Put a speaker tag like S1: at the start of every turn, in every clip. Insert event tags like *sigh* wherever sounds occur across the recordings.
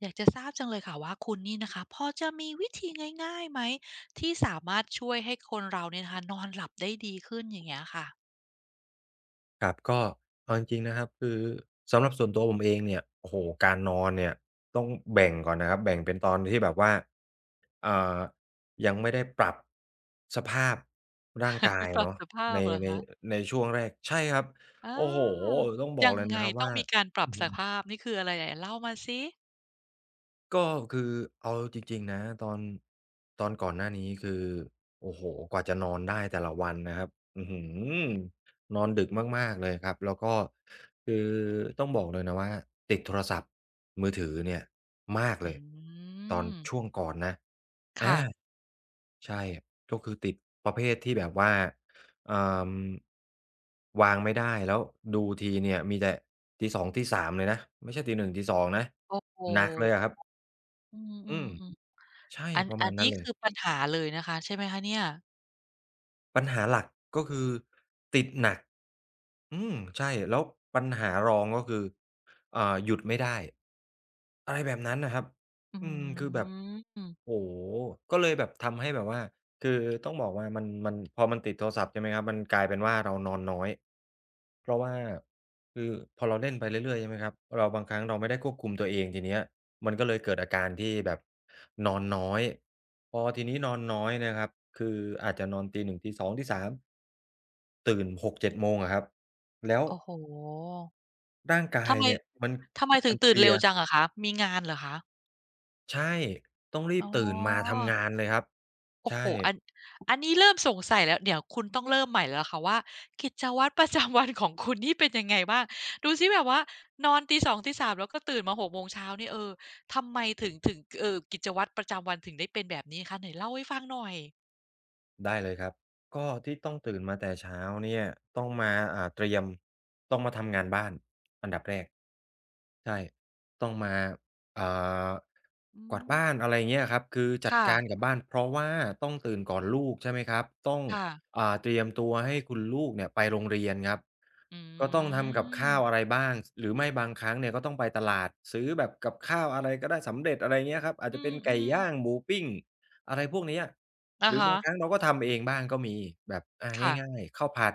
S1: อยากจะทราบจังเลยค่ะว่าคุณนี่นะคะพอจะมีวิธีง่ายๆไหมที่สามารถช่วยให้คนเราเนี่ยนะคะนอนหลับได้ดีขึ้นอย่างเงี้ยค่ะ
S2: ครับก็เอาจริงๆนะครับคือสำหรับส่วนตัวผมเองเนี่ยโอ้โฮการนอนเนี่ยต้องแบ่งก่อนนะครับแบ่งเป็นตอนที่แบบว่าอ่ายังไม่ได้ปรับสภาพร่างกาย
S1: *laughs* ปรับ
S2: เนาะ
S1: สภา
S2: ใน
S1: พเหรอ
S2: ใน
S1: คะ
S2: ในช่วงแรกใช่ครับ
S1: อ
S2: โอ้โฮ
S1: า
S2: ต้องบอก
S1: ยัง
S2: เลย
S1: ไง
S2: นะครับ
S1: ต้อง
S2: ว่า
S1: มีการปรับ
S2: อื้อ
S1: ส
S2: ฮื
S1: ภา
S2: อ
S1: พนี่คืออะไรไหนเล่ามาสิ
S2: ก็คือเอาจริงๆนะตอนก่อนหน้านี้คือโอ้โฮกว่าจะนอนได้แต่ละวันนะครับอื้อฮือนอนดึกมากๆเลยครับแล้วก็คือต้องบอกเลยนะว่าติดโทรศัพท์มือถือเนี่ยมากเล
S1: อื
S2: ยตอน
S1: ม
S2: ช่วงก่อนนะอา
S1: ค่ะ
S2: ใช่ก็คือติดประเภทที่แบบว่าเอ่อวางไม่ได้แล้วดูทีเนี่ยมีแต่ตีสองตีสามเลยนะไม่ใช่ตีหนึ่งตีสองนะ
S1: โอ้โห
S2: หนักเลยอะครับ
S1: อืมอื
S2: อื
S1: ม
S2: ม
S1: อม
S2: ใช่
S1: อัน
S2: ประมาณนั้
S1: นี้
S2: นเลย
S1: คือปัญหาเลยนะคะใช่ไหมคะเนี่ย
S2: ปัญหาหลักก็คือติดหนักอืมใช่แล้วปัญหารองก็คือหยุดไม่ได้อะไรแบบนั้นน่ะครับ
S1: อื
S2: อืมคือแบบ
S1: ม
S2: โอ้โฮก็เลยแบบทำให้แบบว่าคือต้องบอกว่ามันพอมันติดโทรศัพท์ใช่ไหมครับมันกลายเป็นว่าเรานอนน้อย เพราะว่าคือพอเราเล่นไปเรื่อยๆใช่ไหมครับเราบางครั้งเราไม่ได้ควบคุมตัวเองทีเนี้ยมันก็เลยเกิดอาการที่แบบนอนน้อยพอทีนี้นอนน้อยนะครับคืออาจจะนอนตี1ตี2ตี3ตื่น6 ถึง 7โมงอะครับแล้ว
S1: โอ้โห
S2: ร่างกาย
S1: ทำไม
S2: เนี่ยมัน
S1: ทำไมถึ
S2: มั
S1: ง
S2: นเพ
S1: ตื่น
S2: ลี
S1: เร็
S2: ย
S1: วจังอะคะมีงานเหรอคะ
S2: ใช่ต้องรี
S1: อ๋
S2: บ
S1: อ
S2: ตื่นมาทำงานเลยครับ
S1: โอ้โฮ
S2: ใช่
S1: อันนี้เริ่มสงสัยแล้วเดี๋ยวคุณต้องเริ่มใหม่แล้วล่ะค่ะว่ากิจวัตร *laughs* ประจำวันของคุณนี่เป็นยังไงบ้าง ดูซิแบบว่านอนตีสองตีสามแล้วก็ตื่นมา6โมงเช้านี่เออ ทำไมถึงกิจวัตรประจำวันถึงได้เป็นแบบนี้คะไหนเล่าให้ฟังหน่อย
S2: ได้เลยครับก็ที่ต้องตื่นมาแต่เช้าเนี่ยต้องมาเตรียมต้องมาทำงานบ้านอันดับแรกใช่ต้องมาอ่า
S1: อื
S2: กวาด
S1: ม
S2: บ้านอะไรเงี้ยครับคือจัด
S1: ค่ะ
S2: การกับบ้านเพราะว่าต้องตื่นก่อนลูกใช่ไหมครับต้อง
S1: ค่ะ
S2: เตรียมตัวให้คุณลูกเนี่ยไปโรงเรียนครับ
S1: อื
S2: ก็ต้องทำกับข้าวอะ
S1: ม
S2: ไรบ้างหรือไม่บางครั้งเนี่ยก็ต้องไปตลาดซื้อแบบกับข้าวอะไรก็ได้สำเร็จอะไรเงี้ยครับอาจ
S1: อื
S2: จะเป็นไก่
S1: ม
S2: ย่า
S1: ๆ
S2: งหมูปิ้งอะไรพวกเนี้ย ห
S1: อะ
S2: รือ
S1: ฮะ
S2: บางครั้งเราก็ทำเองบ้างก็มีแบบอาง่า
S1: ค่ะ
S2: ยๆข้าวผัด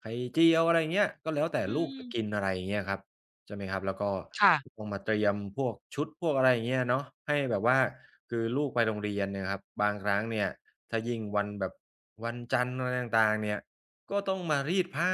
S2: ไข่เจียวอะไรอย่างเงี้ยก็แล้วแต่
S1: อื
S2: ลูกจะกิน
S1: ม
S2: อะไรอย่างเงี้ยครับใช่ไหมครับแล้วก็
S1: ค่ะ
S2: ต้องมาเตรียมพวกชุดพวกอะไรอย่างเงี้ยเนาะให้แบบว่าคือลูกไปโรงเรียนเนี่ยครับบางครั้งเนี่ยถ้ายิ่งวันแบบวันจันทร์อะไรต่างๆเนี่ยก็ต้องมารีดผ้า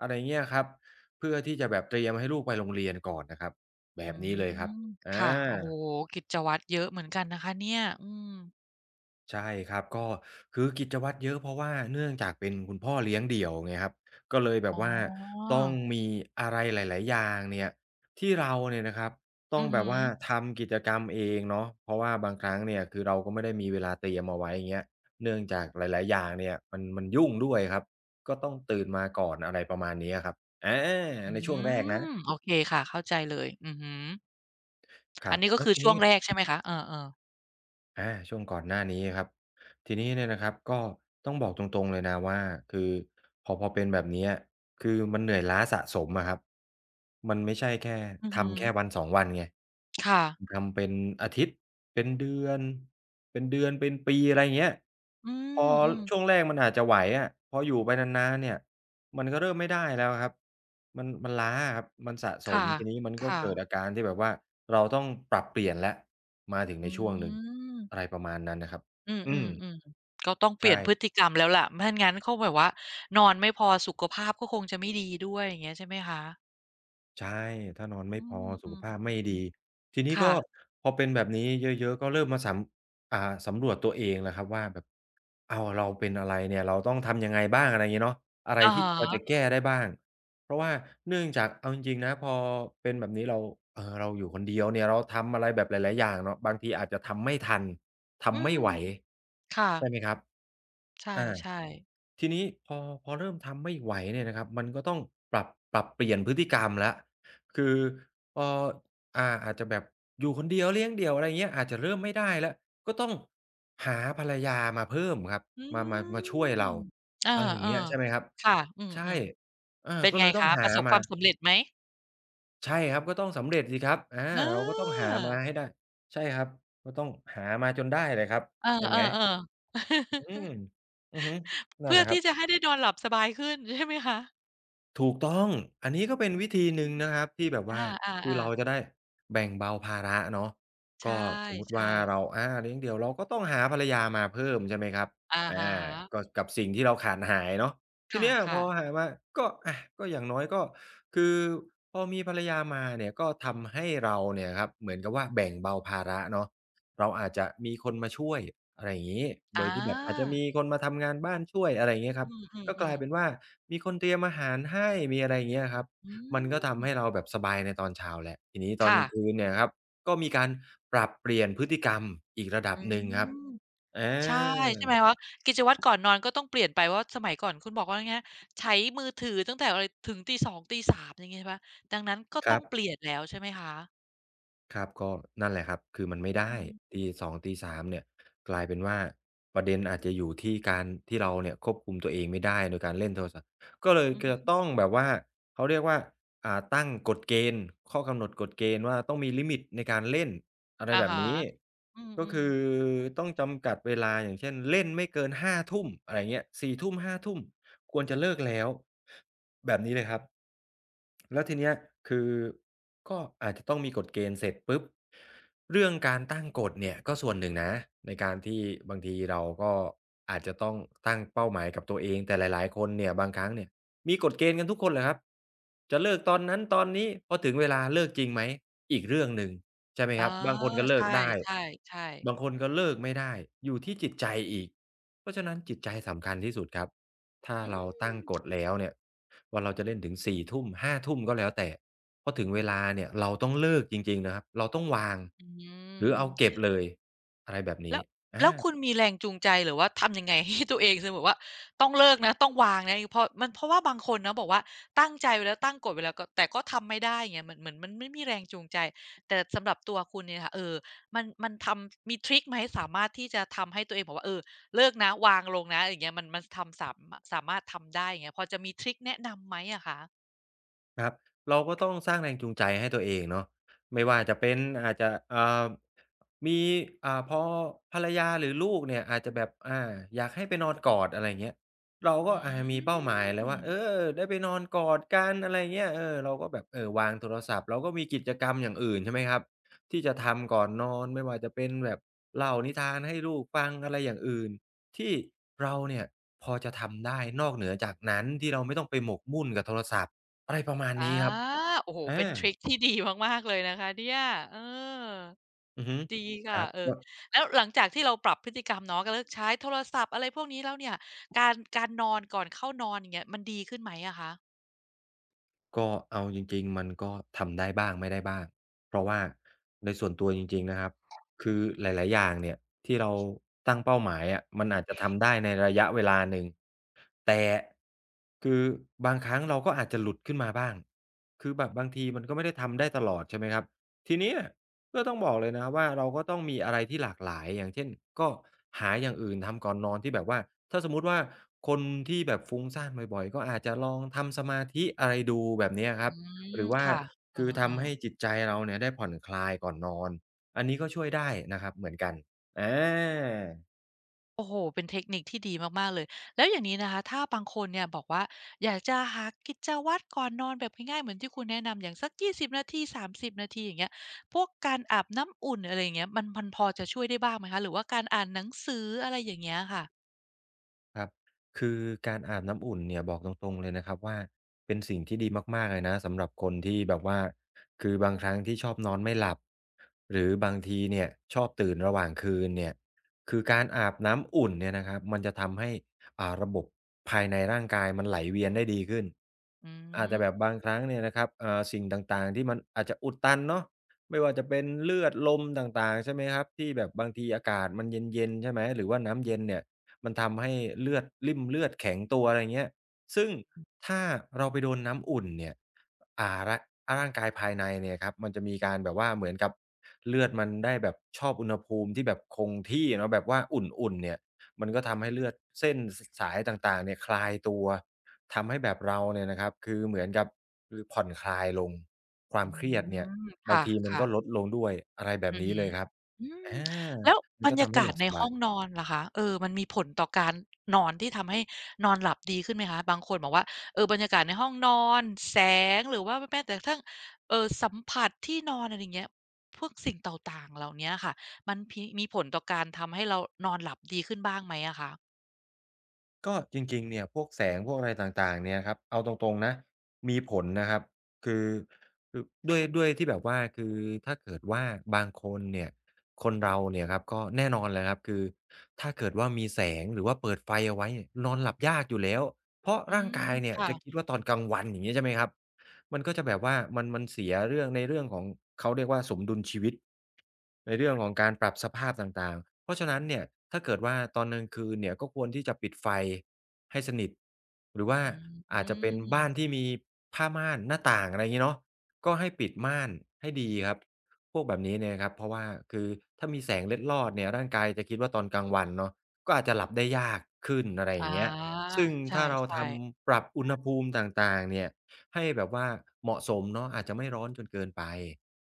S2: อะไรอย่างเงี้ยครับเพื่อที่จะแบบเตรียมให้ลูกไปโรงเรียนก่อนนะครับแบ
S1: อื
S2: บนี้เลยครับ
S1: ม
S2: อา
S1: ค่ะโอ้โฮกิจวัตรเยอะเหมือนกันนะคะเนี่ยอืม
S2: ใช่ครับก็คือกิจวัตรเยอะเพราะว่าเนื่องจากเป็นคุณพ่อเลี้ยงเดี่ยวไงครับก็เลยแบ
S1: อ๋
S2: บว่า
S1: อ
S2: ต้องมีอะไรหลายๆอย่างเนี่ยที่เราเนี่ยนะครับต้อ
S1: อื
S2: ง
S1: อ
S2: แบ
S1: ฮึ
S2: บว่าทำกิจกรรมเองเนาะเพราะว่าบางครั้งเนี่ยคือเราก็ไม่ได้มีเวลาเตรียมเอาไว้อย่างเงี้ยเนื่องจากหลายๆอย่างเนี่ยมันยุ่งด้วยครับก็ต้องตื่นมาก่อนอะไรประมาณนี้อะครับอา
S1: อื
S2: ในช่วงแรกนะ
S1: มโอเคค่ะเข้าใจเลยอือฮึ
S2: ค
S1: อั
S2: รั
S1: น
S2: บ
S1: นี้ก็
S2: แล้ว
S1: คือ
S2: ที
S1: ช่ว
S2: นี้
S1: งแรกใช่ไหมคะเออๆ
S2: อาช่วงก่อนหน้านี้ครับทีนี้เนี่ยนะครับก็ต้องบอกตรงๆเลยนะว่าคือพอเป็นแบบเนี้ยคือมันเหนื่อยล้าสะสมอะครับมันไม่ใช่แค่
S1: อือฮึ
S2: ทำแค่วันสอ2วันไง
S1: ค่ะ
S2: ทำเป็นอาทิตย์เป็นเดือนเป็นเดือนเป็นปีอะไรอย่างเงี้ย
S1: อื
S2: พอ
S1: ม
S2: ช่วง
S1: ๆ
S2: แรกมันอาจจะไหวอะพออยู่ไปนานๆเนี่ยมันก็เริ่มไม่ได้แล้วครับมันล้าอะครับมันสะสม
S1: ค่ะ
S2: ทีนี้มันก็
S1: ค่ะ
S2: เกิดอาการที่แบบว่าเราต้องปรับเปลี่ยนแล้วมาถึง
S1: อื
S2: ในช่วงหนึ่งอะไร
S1: ม
S2: ประมาณนั้นนะครับ
S1: อื
S2: อืม
S1: มๆๆก็ต้องเปลี่ย
S2: ใช่
S1: นพฤติกรรมแล้วล่ะไม่งั้นเขาแบบว่านอนไม่พอสุขภาพก็คงจะไม่ดีด้วยอย่างเงี้ยใช่ไหมคะ
S2: ใช่ถ้านอนไม่
S1: อื
S2: พอสุข
S1: ม
S2: ภาพไม่ดี
S1: ๆๆ
S2: ที
S1: ๆ
S2: นี้ก็
S1: ค่ะ
S2: พอเป็นแบบนี้เยอะๆก็เริ่มมาสำอ่าสำรวจตัวเองแหละครับว่าแบบอ้าวเราเป็นอะไรเนี่ยเราต้องทำยังไงบ้างอะไรอย่างงี้เนาะอะไร
S1: อะฮ
S2: ที่พอจะ
S1: ะ
S2: แก้ได้บ้างเพราะว่าเนื่องจากเอาจริงๆนะพอเป็นแบบนี้เราเราอยู่คนเดียวเนี่ยเราทำอะไรแบบหลายๆอย่างเนาะบางทีอาจจะทำไม่ทัน
S1: อื
S2: ทำไม่
S1: ม
S2: ไหว
S1: ค่ะ
S2: ใช่ไหมครับ
S1: ใ
S2: อา
S1: ช่ๆ
S2: ทีนี้พอเริ่มทำไม่ไหวเนี่ยนะครับมันก็ต้องปรับปรับเปลี่ยนพฤติกรรมแล้วคือพออาจจะแบบอยู่คนเดียวเลี้ยงเดี่ยวอะไรอย่างเงี้ยอาจจะเริ่มไม่ได้แล้วก็ต้องหาภรรยามาเพิ่มครับ
S1: อื
S2: มาช่วย
S1: ม
S2: เรา
S1: เออ
S2: อะไรอย่างเงี้ยใช่ไหมครับ
S1: ๆค่ะอื
S2: ใช่
S1: ม
S2: อา
S1: ๆเป็น
S2: ก็เล
S1: ไง
S2: ยต้อง
S1: คะป
S2: หา
S1: ระสบค
S2: มา
S1: วามสำเร็จไหม
S2: ใช่ครับก็ต้องสำเร็จสิครับอา
S1: เอ
S2: เราก็ต้องหามา
S1: อ
S2: ให้ได้ใช่ครับก็ต้องหามาจนได้แหละครับ
S1: เออ
S2: ใช่ไหม
S1: ๆๆ
S2: อื
S1: *laughs*
S2: มอือฮึนั่น
S1: เพื่
S2: แห
S1: อ
S2: ละครั
S1: ที่จะ
S2: บ
S1: ให้ได้นอนหลับสบายขึ้น *laughs* ใช่ไหมคะ
S2: ถูกต้องอันนี้
S1: อื
S2: ก็
S1: อ
S2: เป็
S1: ฮึ
S2: นวิธีห
S1: อื
S2: นึ่ง
S1: ม
S2: นะครับที่แบบ
S1: อ
S2: ว่าคือ
S1: า
S2: เรา
S1: ๆ
S2: จะ
S1: ๆ
S2: ได้แบ่งเบาภาระเนาะ
S1: ใช่
S2: ก็สมมุติ
S1: ใช่
S2: ว่าเราอาเลี้ยงเดี่ยวเราก็ต้องหาภรรยามาเพิ่มใช่ไหมครับ
S1: อะ
S2: อา
S1: ฮะ
S2: ก็กับสิ่งที่เราขาดหายเนาะ
S1: ค
S2: ทีเนี้ยพ
S1: ่ะ
S2: อ
S1: ๆ
S2: หามาก็อะก็อย่างน้อยก็คือพอมีภรรยามาเนี่ยก็ทำให้เราเนี่ยครับเหมือนกับว่าแบ่งเบาภาระเนาะเราอาจจะมีคนมาช่วยอะไรอย่างงี้โดย
S1: อา
S2: ที่แบบอาจจะมีคนมาทำงานบ้านช่วยอะไรอย่างเงี้ยครับ
S1: อื
S2: ก็กลา
S1: ม
S2: ย
S1: ๆ
S2: เป็น
S1: ๆ
S2: ว่ามีคนเตรียมอาหารให้มีอะไรอย่างเงี้ยครับ
S1: อื
S2: มันก็
S1: ม
S2: ทำให้เราแบบสบายในตอนเช้าแล้วทีนี้ตอน
S1: ค่ะ
S2: กลางคืนเนี่ยครับก็มีการปรับเปลี่ยนพฤติกรรมอีกระดั
S1: อื
S2: บหนึ่งครับ
S1: ม
S2: อ
S1: ใช่
S2: า
S1: ใช่ไหมคะกิจวัตรก่อนนอนก็ต้องเปลี่ยนไปเพราะสมัยก่อนคุณบอกว่าไงใช้มือถือตั้งแต่อะไรถึงตีสองตีสามอย่างงี้ใช่เปล่าดังนั้นก็
S2: ค
S1: ต้
S2: รั
S1: อง
S2: บ
S1: เปลี่ยนแล้วใช่ไหมคะ
S2: ครับก็นั่นแหละครับคือมันไม่
S1: อื
S2: ได้
S1: ม
S2: ตีสองตีสามเนี่ยกลายเป็นว่าประเด็นอาจจะอยู่ที่การที่เราเนี่ยควบคุมตัวเองไม่ได้โดยการเล่นโทรศัพท์ก็เลย
S1: อือ
S2: จะ
S1: ฮึ
S2: ต้องแบบว่าเขาเรียกว่าตั้งกฎเกณฑ์ข้อกำหนดกฎเกณฑ์ว่าต้องมีลิมิตในการเล่นอะไร
S1: อะ
S2: แบบ
S1: ฮะ
S2: นี้
S1: อื
S2: ก็
S1: ม
S2: คือ
S1: ๆ
S2: ต้องจำกัดเวลาอย่างเช่นเล่นไม่เกิน5ทุ่มอะไรอย่างเงี้ยสี่ทุ่มห้าทุ่มควรจะเลิกแล้วแบบนี้เลยครับ แล้วทีเนี้ยคือก็อาจจะต้องมีกฎเกณฑ์เสร็จปุ๊บเรื่องการตั้งกฎเนี่ยก็ส่วนหนึ่งนะในการที่บางทีเราก็อาจจะต้องตั้งเป้าหมายกับตัวเองแต่หลายๆคนเนี่ยบางครั้งเนี่ยมีกฎเกณฑ์กันทุกคนแหละครับจะเลิกตอนนั้นตอนนี้พอถึงเวลาเลิกจริงไหมอีกเรื่องหนึ่งใช่ไหม
S1: อ๋
S2: ค
S1: อ
S2: รับบางคนก็
S1: ใช
S2: เลิกได้
S1: ่ๆ
S2: บางค
S1: ๆ
S2: นก็เลิกไม่ได้อยู่ที่จิตใจอีกเพราะฉะนั้นจิตใจสำคัญที่สุดครับถ้า
S1: อื
S2: เรา
S1: ม
S2: ตั้งกฎแล้วเนี่ย ว่าเราจะเล่นถึง4ทุ่ม5ทุ่มก็แล้วแต่พอถึงเวลาเนี่ยเราต้องเลิกจริงๆนะครับเราต้องวาง
S1: อืม
S2: หรือ
S1: อืม
S2: เอาเก็บเลยอะไรแบบ
S1: แล้
S2: นี้
S1: ว
S2: อา
S1: คุณมีแรงจูงใจหรือว่าทำยังไงให้ตัวเองคือแบบว่าต้องเลิกนะต้องวางนะเพราะมันเพราะว่าบางคนนะบอกว่าตั้งใจไว้แล้วตั้งกฎไว้แล้วก็แต่ก็ทำไม่ได้ไงเหมือนมันไม่มีแรงจูงใจแต่สำหรับตัวคุณเนี่ยค่ะเออมันมีทริกไหมสามารถที่จะทำให้ตัวเองบอกว่าเออเลิกนะวางลงนะอย่างเงี้ยมันทำสามสามารถทำได้อย่างเงี้ยพอจะมีทริกแนะนำไหมอะคะ
S2: ครับเราก็ต้องสร้างแรงจูงใจให้ตัวเองเนาะไม่ว่าจะเป็นอาจจะมีพอภรรยาหรือลูกเนี่ยอาจจะแบบอยากให้ไปนอนกอดอะไรเงี้ยเราก็
S1: อื
S2: มีเป้าหมายแล้วว่าเอ
S1: ม
S2: อได้ไปนอนกอดกันอะไรเงี้ยเออเราก็แบบเออวางโทรศัพท์เราก็มีกิจกรรมอย่างอื่นใช่ไหมครับที่จะทำก่อนนอนไม่ว่าจะเป็นแบบเล่านิทานให้ลูกฟังอะไรอย่างอื่นที่เราเนี่ยพอจะทำได้นอกเหนือจากนั้นที่เราไม่ต้องไปหมกมุ่นกับโทรศัพท์ อะไรประมาณ
S1: อา
S2: นี้ครับ
S1: โอ้โฮเป็น
S2: อา
S1: ทริกที่ดีมากๆเลยนะคะเนี่ยเออ
S2: อือฮึ
S1: ดี
S2: ค
S1: ค่ะ
S2: รับ
S1: เออ
S2: ก็
S1: แล้วหลังจากที่เราปรับพฤติกรรมเนาะก็เลิกใช้โทรศัพท์อะไรพวกนี้แล้วเนี่ย การนอนก่อนเข้านอนอย่างเงี้ยมันดีขึ้นไหมอะคะ
S2: ก็เอาจริงๆมันก็ทำได้บ้างไม่ได้บ้างเพราะว่าในส่วนตัวจริงๆนะครับคือหลายๆอย่างเนี่ยที่เราตั้งเป้าหมายอะมันอาจจะทำได้ในระยะเวลาหนึ่งแต่คือบางครั้งเราก็อาจจะหลุดขึ้นมาบ้างคือแบบบางทีมันก็ไม่ได้ทำได้ตลอดใช่ไหมครับทีเนี้ย ก็ต้องบอกเลยนะครับว่าเราก็ต้องมีอะไรที่หลากหลายอย่างเช่นก็หาอย่างอื่นทำก่อนนอนที่แบบว่าถ้าสมมุติว่าคนที่แบบฟุ้งซ่านบ่อยๆก็อาจจะลองทำสมาธิอะไรดูแบบเนี้ยค
S1: อื
S2: รับห
S1: ม
S2: รือว่า
S1: ค่ะเอ
S2: คือ
S1: อ
S2: ทำให้
S1: ๆ
S2: จิตใจเราเนี่ยได้ผ่อนคลายก่อนนอนอันนี้ก็ช่วยได้นะครับเหมือนกันอา
S1: โอ้โฮเป็นเทคนิคที่ดีมากๆเลยแล้วอย่างนี้นะคะถ้าบางคนเนี่ยบอกว่าอยากจะหากิจวัตรก่อนนอนแบบง่ายๆเหมือนที่คุณแนะนำอย่างสักยี่สิบนาทีสามสิบนาทีอย่างเงี้ยพวกการอาบน้ำอุ่นอะไรอย่างเงี้ยมันพอจะช่วยได้บ้างไหมคะหรือว่าการอ่านหนังสืออะไรอย่างเงี้ยค่ะ
S2: ครับคือการอาบน้ำอุ่นเนี่ยบอกตรงๆเลยนะครับว่าเป็นสิ่งที่ดีมากๆเลยนะสำหรับคนที่แบบว่าคือบางครั้งที่ชอบนอนไม่หลับหรือบางทีเนี่ยชอบตื่นระหว่างคืนเนี่ยคือการอาบน้ำอุ่นเนี่ยนะครับมันจะทำให้ระบบภายในร่างกายมันไหลเวียนได้ดีขึ้น
S1: อื
S2: อาจจะแบบ
S1: ม
S2: บางครั้งเนี่ยนะครับสิ่งต่างๆที่มันอาจจะอุดตันเนาะไม่ว่าจะเป็นเลือดลมต่างๆใช่ไหมครับที่แบบบางทีอากาศมันเย็นๆใช่ไหมหรือว่าน้ำเย็นเนี่ย มันทำให้เลือดริ่มเลือดแข็งตัวอะไรเงี้ยซึ่งถ้าเราไปโดนน้ำอุ่นเนี่ยอ่าร่าร่างกายภายในเนี่ยครับมันจะมีการแบบว่าเหมือนกับเลือดมันได้แบบชอบอุณหภูมิที่แบบคงที่เนาะแบบว่าอุ่นๆเนี่ยมันก็ทำให้เลือดเส้นสสายต่างๆเนี่ยคลายตัวทำให้แบบเราเนี่ยนะครับคือเหมือนกับคือผ่อนคลายลงควา
S1: อื
S2: มเครียดเนี่ย
S1: มค
S2: บางทีมัน
S1: ่ะ
S2: ก็ลด
S1: ๆ
S2: ลงด้วยอะไรแบบ
S1: อือ
S2: นี้
S1: ฮึ
S2: เลยครับ
S1: อืม
S2: อา
S1: แล้ว
S2: มัน
S1: บร
S2: ก็
S1: รยา
S2: ทำให้
S1: กา
S2: ห
S1: ศ
S2: ลับ
S1: ใน
S2: สบา
S1: ห้
S2: ย
S1: องนอนล่ะคะเออมันมีผลต่อการนอนที่ทำให้นอนหลับดีขึ้นไหมคะบางคนบอกว่าเออบรรยากาศในห้องนอนแสงหรือว่าแม้แต่กระทั่งเอ่อสัมผัสที่นอนอะไรอย่างเงี้ยพวกสิ่งต่างๆเหล่าเนี้ยค่ะมันพมีผลต่อการทำให้เรานอนหลับดีขึ้นบ้างไหมอะคะ
S2: ก็จริงๆเนี่ยพวกแสงพวกอะไรต่างๆเนี่ยครับเอาตรงๆนะมีผลนะครับคือคือด้วยที่แบบว่าคือถ้า เกิดว่าบางคนเนี่ยคนเราเนี่ยครับก็แน่นอนแหละครับคือถ้าเกิดว่ามีแสงหรือว่าเปิดไฟเอาไว้เนี่ยนอนหลับยากอยู่แล้วเพราะ
S1: อื
S2: ร่าง
S1: ม
S2: กายเนี่ย
S1: ค่ะ
S2: จะคิดว่าตอนกลางวันอย่างงี้ใช่ไหมครับ มันก็จะแบบว่ามันเสียเรื่องในเรื่องของเขาเรียกว่าสมดุลชีวิตในเรื่องของการปรับสภาพต่างๆเพราะฉะนั้นเนี่ยถ้าเกิดว่าตอนกลางคืนเนี่ยก็ควรที่จะปิดไฟให้สนิทหรือว่า
S1: อื
S2: อาจจะเป็นบ้าน
S1: ม
S2: ที่มีผ้าม่านหน้าต่างอะไรงี้เนาะก็ให้ปิดม่านให้ดีครับพวกแบบนี้เนี่ยครับเพราะว่าคือถ้ามีแสงเล็ดลอดเนี่ยร่างกายจะคิดว่าตอนกลางวันเนาะก็อาจจะหลับได้ยากขึ้นอะไรอ
S1: อา
S2: ย่างเงี้ยซึ่ง
S1: ใ
S2: ถ้าเราท
S1: ช่
S2: ำปรับอุณหภูมิต่างๆเนี่ย ให้แบบว่าเหมาะสมเนาะอาจจะไม่ร้อนจนเกินไป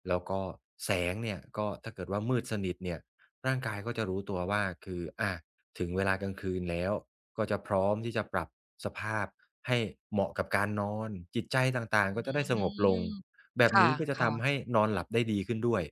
S2: แล้วก็แสงเนี่ยก็ถ้าเกิดว่ามืดสนิทเนี่ยร่างกายก็จะรู้ตัวว่าคืออาถึงเวลากลางคืนแล้วก็จะพร้อมที่จะปรับสภาพให้เหมาะกับการนอนจิตใจต่าง
S1: ๆอื
S2: ๆก็จะได้สงบลง
S1: ม
S2: แบ
S1: ค
S2: บนี้ก็จะ
S1: ่ะ
S2: ทำให้
S1: ๆ
S2: นอนหลับได้ดีขึ้นด้วย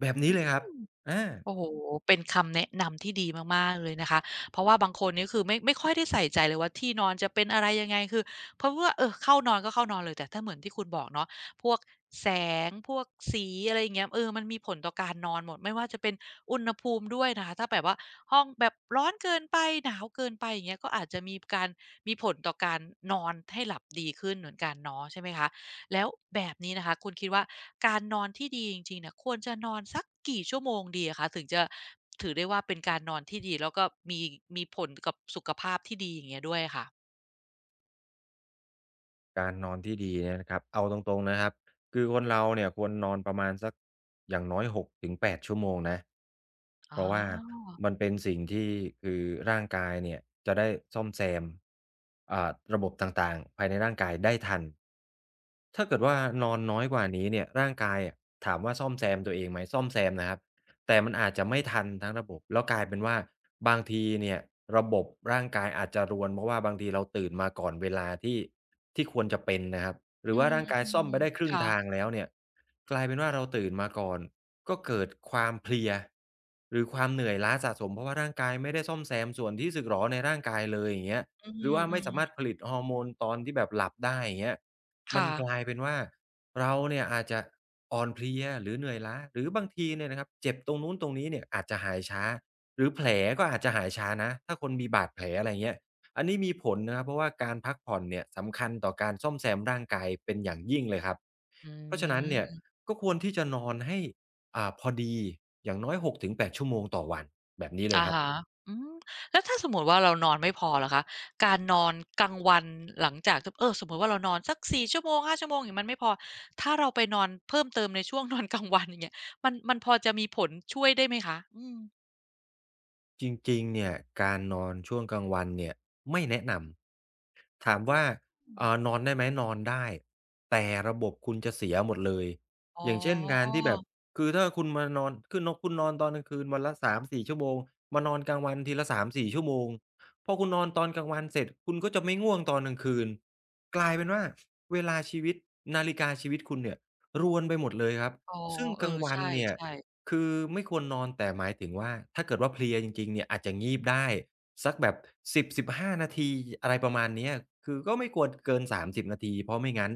S2: แบบนี้
S1: อื
S2: เลยครับ
S1: ม
S2: อา
S1: โอ้โฮเป็นคำแนะนำที่ดีมากๆเลยนะคะเพราะว่าบางคนนี่คือไม่ค่อยได้ใส่ใจเลยว่าที่นอนจะเป็นอะไรยังไงคือเพราะว่าเออเข้านอนก็เข้านอนเลยแต่ถ้าเหมือนที่คุณบอกเนาะพวกแสงพวกสีอะไรอย่างเงี้ยเออมันมีผลต่อการนอนหมดไม่ว่าจะเป็นอุณหภูมิด้วยนะคะ ถ้าแบบว่าห้องแบบร้อนเกินไป หนาวเกินไปอย่างเงี้ยก็อาจจะมีการมีผลต่อการนอนให้หลับดีขึ้นเหมือนกันเนาะใช่ไหมคะ แล้วแบบนี้นะคะคุณคิดว่าการนอนที่ดีจริงๆเนี่ยควรจะนอนสักกี่ชั่วโมงดีอะคะถึงจะถือได้ว่าเป็นการนอนที่ดีแล้วก็มีผลกับสุขภาพที่ดีอย่างเงี้ยด้วยอะค่ะ
S2: การนอนที่ดีเนี่ยนะครับเอาตรงๆนะครับคือคนเราเนี่ยควรนอนประมาณสักอย่างน้อย6-8ชั่วโมงนะ
S1: อ๋
S2: เพราะว่า
S1: อ
S2: มันเป็นสิ่งที่คือร่างกายเนี่ยจะได้ซ่อมแซมอ่าระบบต่างๆภายในร่างกายได้ทัน ถ้าเกิดว่านอนน้อยกว่านี้เนี่ยร่างกายอะถามว่าซ่อมแซมตัวเองไหมซ่อมแซมนะครับแต่มันอาจจะไม่ทันทั้งระบบแล้วกลายเป็นว่าบางทีเนี่ยระบบร่างกายอาจจะรวนเพราะว่าบางทีเราตื่นมาก่อนเวลาที่ที่ควรจะเป็นนะครับหรื
S1: อื
S2: อว่า
S1: ม
S2: ร่างกายซ่อมไปได้ค
S1: ๆ
S2: รึ่งทาง
S1: ค่ะ
S2: แล้วเนี่ยกลายเป็นว่าเราตื่นมาก่อนก็เกิดความเพลียหรือความเหนื่อยล้าสะสมเพราะว่าร่างกายไม่ได้ซ่อมแซมส่วนที่สึกหรอในร่างกายเลยอย่างเงี้ย
S1: อื
S2: หรือว่าไม่สามารถผ
S1: ม
S2: ลิตฮอร์โมนตอนที่แบบหลับได้อย่างเงี้ย
S1: ๆ
S2: มัน
S1: ค่ะ
S2: กลายเป็นว่าเราเนี่ยอาจจะอ่อนเพลียหรือเหนื่อยล้าหรือบางทีเนี่ยนะครับเจ็บตรงนู้นตรงนี้เนี่ยอาจจะหายช้าหรือแผลก็อาจจะหายช้านะถ้าคนมีบาดแผลอะไรเงี้ยอันนี้มีผลนะครับเพราะว่าการพักผ่อนเนี่ยสำคัญต่อการซ่อมแซมร่างกายเป็นอย่างยิ่งเลยครับ
S1: อื
S2: เพราะฉะนั้นเนี่ย
S1: ม
S2: ก็ควรที่จะนอนให้พอดีอย่างน้อย6-8ชั่วโมงต่อวันแบบนี้เลย
S1: อะ
S2: ครับ
S1: ฮะอืมแล้วถ้าสมมุติว่าเรานอนไม่พอล่ะคะการนอนกลางวันหลังจากเออสมมุติว่าเรานอนสักสี่ชั่วโมงห้าชั่วโมงอย่างงี้มันไม่พอถ้าเราไปนอนเพิ่มเติมในช่วงนอนกลางวันอย่างเงี้ยมันพอจะมีผลช่วยได้ไหมคะอืม
S2: จริงๆเนี่ยการนอนช่วงกลางวันเนี่ยไม่แนะนำ ถามว่า
S1: อืม
S2: นอนได้ไหมนอนได้ แต่ระบบคุณจะเสียหมดเลย
S1: อ๋
S2: อ
S1: อ
S2: ย่างเช่นการที่แบบคือถ้าคุณมานอนคือนคุณนอนตอนกลางคืนวันละ3-4ชั่วโมงมานอนกลางวันทีละ3-4ชั่วโมงพอคุณนอนตอนกลางวันเสร็จ คุณก็จะไม่ง่วงตอนกลางคืน กลายเป็นว่าเวลาชีวิตนาฬิกาชีวิตคุณเนี่ยรวนไปหมดเลยครับ
S1: อ๋อ
S2: ซึ่ง
S1: เอ
S2: กลาง
S1: อใช
S2: วันเนี่ย
S1: ่ๆ
S2: คือไม่ควรนอนแต่หมายถึงว่าถ้าเกิดว่าเพลียจริงๆเนี่ยอาจจะงีบได้สักแบบ1 0้านาทีอะไรประมาณเนี้ยคือก็ไม่ควรเกิน30นาทีเพราะไม่งั้น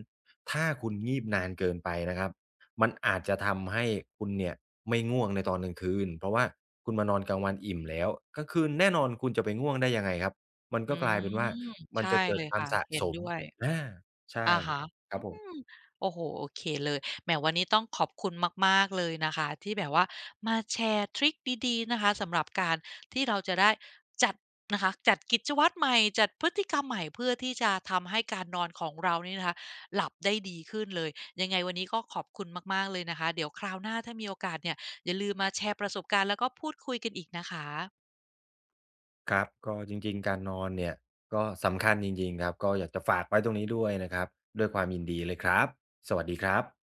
S2: ถ้าคุณงีบนานเกินไปนะครับมันอาจจะทำให้คุณเนี่ยไม่ง่วงในตอนกลางคืนเพราะว่าคุณมานอนกลางวันอิ่มแล้วกลางคืนแน่นอนคุณจะไปง่วงได้ยังไงครับมัน
S1: อื
S2: ก็ก
S1: ม
S2: ลายเป็นว่ามัน
S1: ใช่
S2: จะเกิ
S1: เล
S2: ด
S1: ย
S2: ความ
S1: ค่ะ
S2: สะ
S1: เห็
S2: ส
S1: น
S2: ม
S1: ด้วย
S2: อาใช่
S1: อะฮะ
S2: ครับผม
S1: อืมโอ้โฮโอเคเลยแหมวันนี้ต้องขอบคุณมากๆเลยนะคะที่แบบว่ามาแชร์ทริกดีๆนะคะสำหรับการที่เราจะได้จัดนะคะจัดกิจวัตรใหม่จัดพฤติกรรมใหม่เพื่อที่จะทำให้การนอนของเรานี่นะคะหลับได้ดีขึ้นเลยยังไงวันนี้ก็ขอบคุณมากๆเลยนะคะเดี๋ยวคราวหน้าถ้ามีโอกาสเนี่ยอย่าลืมมาแชร์ประสบการณ์แล้วก็พูดคุยกันอีกนะคะ
S2: ครับก็จริงๆการนอนเนี่ยก็สำคัญจริงๆครับก็อยากจะฝากไว้ตรงนี้ด้วยนะครับด้วยความยินดีเลยครับสวัสดีครับ